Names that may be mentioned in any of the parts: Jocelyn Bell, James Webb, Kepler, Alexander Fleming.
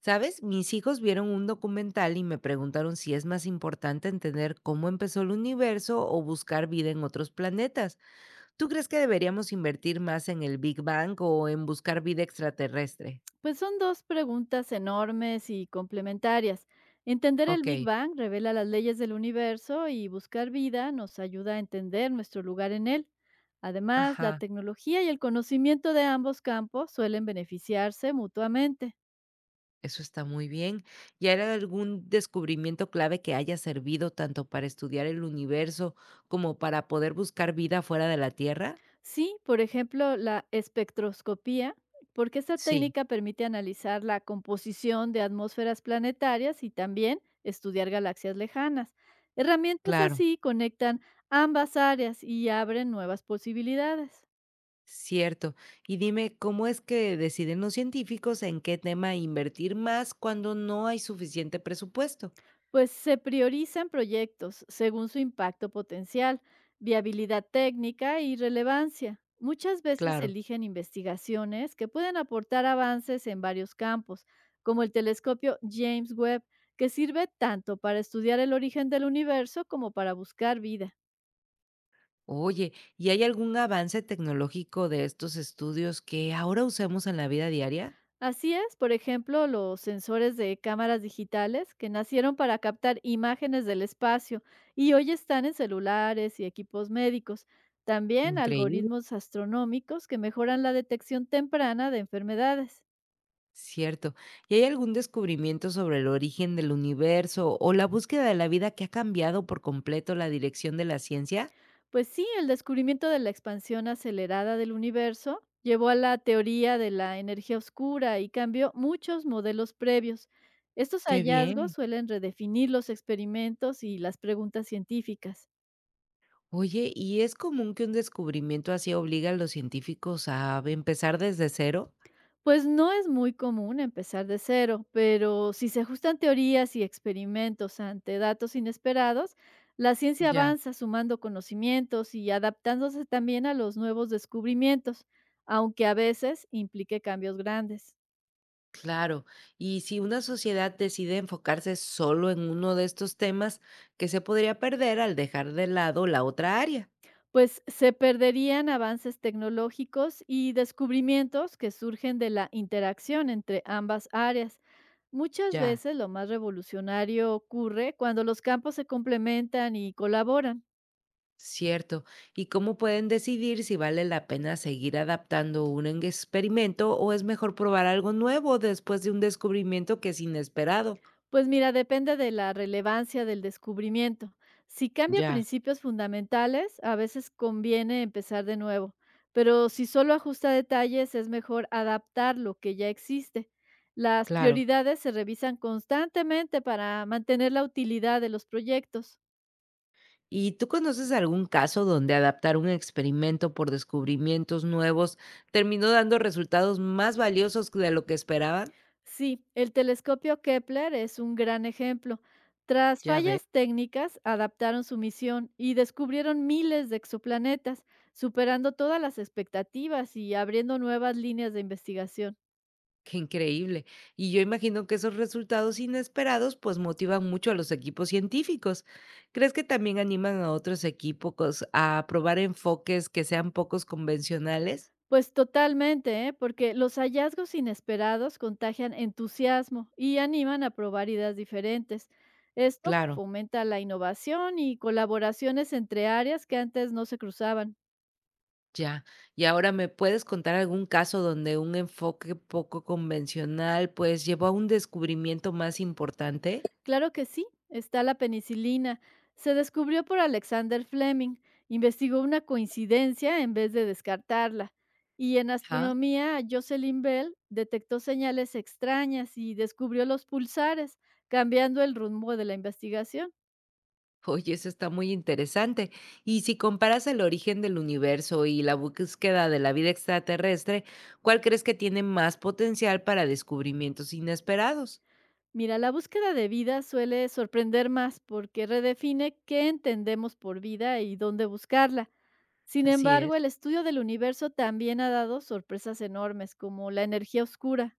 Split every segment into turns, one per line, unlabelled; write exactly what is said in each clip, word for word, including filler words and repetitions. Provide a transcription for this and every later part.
¿Sabes? Mis hijos vieron un documental y me preguntaron si es más importante entender cómo empezó el universo o buscar vida en otros planetas. ¿Tú crees que deberíamos invertir más en el Big Bang o en buscar vida extraterrestre?
Pues son dos preguntas enormes y complementarias. Entender el
Ok,
Big Bang revela las leyes del universo y buscar vida nos ayuda a entender nuestro lugar en él. Además, la
ajá,
tecnología y el conocimiento de ambos campos suelen beneficiarse mutuamente.
eso está muy bien. ¿Y hay algún descubrimiento clave que haya servido tanto para estudiar el universo como para poder buscar vida fuera de la Tierra?
Sí, por ejemplo, la espectroscopía, porque esta
Sí,
técnica permite analizar la composición de atmósferas planetarias y también estudiar galaxias lejanas. Herramientas
claro.
así conectan ambas áreas y abren nuevas posibilidades.
Cierto. Y dime, ¿cómo es que deciden los científicos en qué tema invertir más cuando no hay suficiente presupuesto?
Pues se priorizan proyectos según su impacto potencial, viabilidad técnica y relevancia. Muchas veces
Claro.
eligen investigaciones que pueden aportar avances en varios campos, como el telescopio James Webb, que sirve tanto para estudiar el origen del universo como para buscar vida.
Oye, ¿y hay algún avance tecnológico de estos estudios que ahora usemos en la vida diaria?
Así es, por ejemplo, los sensores de cámaras digitales que nacieron para captar imágenes del espacio y hoy están en celulares y equipos médicos. También
Increíble.
algoritmos astronómicos que mejoran la detección temprana de enfermedades.
Cierto. ¿Y hay algún descubrimiento sobre el origen del universo o la búsqueda de la vida que ha cambiado por completo la dirección de la ciencia?
Pues sí, el descubrimiento de la expansión acelerada del universo llevó a la teoría de la energía oscura y cambió muchos modelos previos. Estos
Qué
hallazgos
bien.
suelen redefinir los experimentos y las preguntas científicas.
Oye, ¿y es común que un descubrimiento así obliga a los científicos a empezar desde cero?
Pues no es muy común empezar de cero, pero si se ajustan teorías y experimentos ante datos inesperados, la ciencia
Ya,
avanza sumando conocimientos y adaptándose también a los nuevos descubrimientos, aunque a veces implique cambios grandes.
claro. Y si una sociedad decide enfocarse solo en uno de estos temas, ¿qué se podría perder al dejar de lado la otra área?
Pues se perderían avances tecnológicos y descubrimientos que surgen de la interacción entre ambas áreas. Muchas
Ya,
veces lo más revolucionario ocurre cuando los campos se complementan y colaboran.
cierto. ¿Y cómo pueden decidir si vale la pena seguir adaptando un en- experimento o es mejor probar algo nuevo después de un descubrimiento que es inesperado?
Pues mira, depende de la relevancia del descubrimiento. Si cambia
Ya,
principios fundamentales, a veces conviene empezar de nuevo, pero si solo ajusta detalles, es mejor adaptar lo que ya existe. Las
claro.
prioridades se revisan constantemente para mantener la utilidad de los proyectos.
¿Y tú conoces algún caso donde adaptar un experimento por descubrimientos nuevos terminó dando resultados más valiosos de lo que esperaban?
Sí, el telescopio Kepler es un gran ejemplo. Tras
Ya veo.
fallas técnicas, adaptaron su misión y descubrieron miles de exoplanetas, superando todas las expectativas y abriendo nuevas líneas de investigación.
Qué increíble. Y yo imagino que esos resultados inesperados pues motivan mucho a los equipos científicos. ¿Crees que también animan a otros equipos a probar enfoques que sean pocos convencionales?
Pues totalmente, ¿eh?, porque los hallazgos inesperados contagian entusiasmo y animan a probar ideas diferentes. Esto
Claro,
fomenta la innovación y colaboraciones entre áreas que antes no se cruzaban.
ya. Y ahora, ¿me puedes contar algún caso donde un enfoque poco convencional pues llevó a un descubrimiento más importante?
Claro que sí, está la penicilina. Se descubrió por Alexander Fleming. Investigó una coincidencia en vez de descartarla. Y en
Ajá.
astronomía, Jocelyn Bell detectó señales extrañas y descubrió los pulsares, cambiando el rumbo de la investigación.
Oye, eso está muy interesante. Y si comparas el origen del universo y la búsqueda de la vida extraterrestre, ¿cuál crees que tiene más potencial para descubrimientos inesperados?
Mira, la búsqueda de vida suele sorprender más porque redefine qué entendemos por vida y dónde buscarla. Sin
Así es.
embargo, el estudio del universo también ha dado sorpresas enormes, como la energía oscura.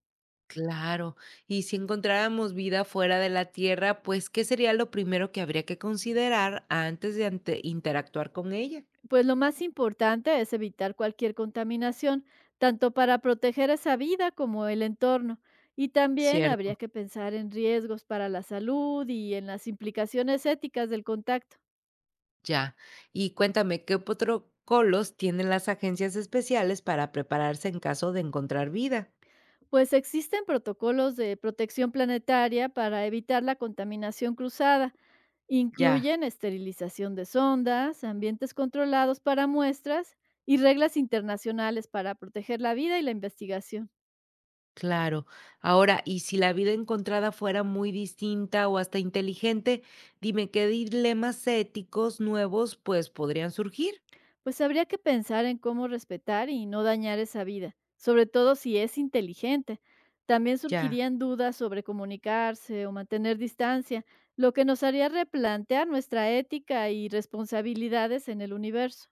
Claro. Y si encontráramos vida fuera de la Tierra, pues, ¿qué sería lo primero que habría que considerar antes de ante- interactuar con ella?
Pues lo más importante es evitar cualquier contaminación, tanto para proteger esa vida como el entorno. Y también
Cierto.
habría que pensar en riesgos para la salud y en las implicaciones éticas del contacto.
Ya. Y cuéntame, ¿qué protocolos tienen las agencias especiales para prepararse en caso de encontrar vida?
Pues existen protocolos de protección planetaria para evitar la contaminación cruzada.
Ya.
Incluyen esterilización de sondas, ambientes controlados para muestras y reglas internacionales para proteger la vida y la investigación.
Claro. Ahora, y si la vida encontrada fuera muy distinta o hasta inteligente, dime qué dilemas éticos nuevos pues podrían surgir.
Pues habría que pensar en cómo respetar y no dañar esa vida, sobre todo si es inteligente. También
Ya,
surgirían dudas sobre comunicarse o mantener distancia, lo que nos haría replantear nuestra ética y responsabilidades en el universo.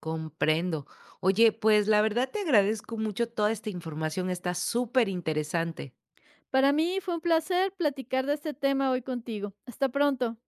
comprendo. Oye, pues la verdad te agradezco mucho toda esta información, está súper interesante.
Para mí fue un placer platicar de este tema hoy contigo. Hasta pronto.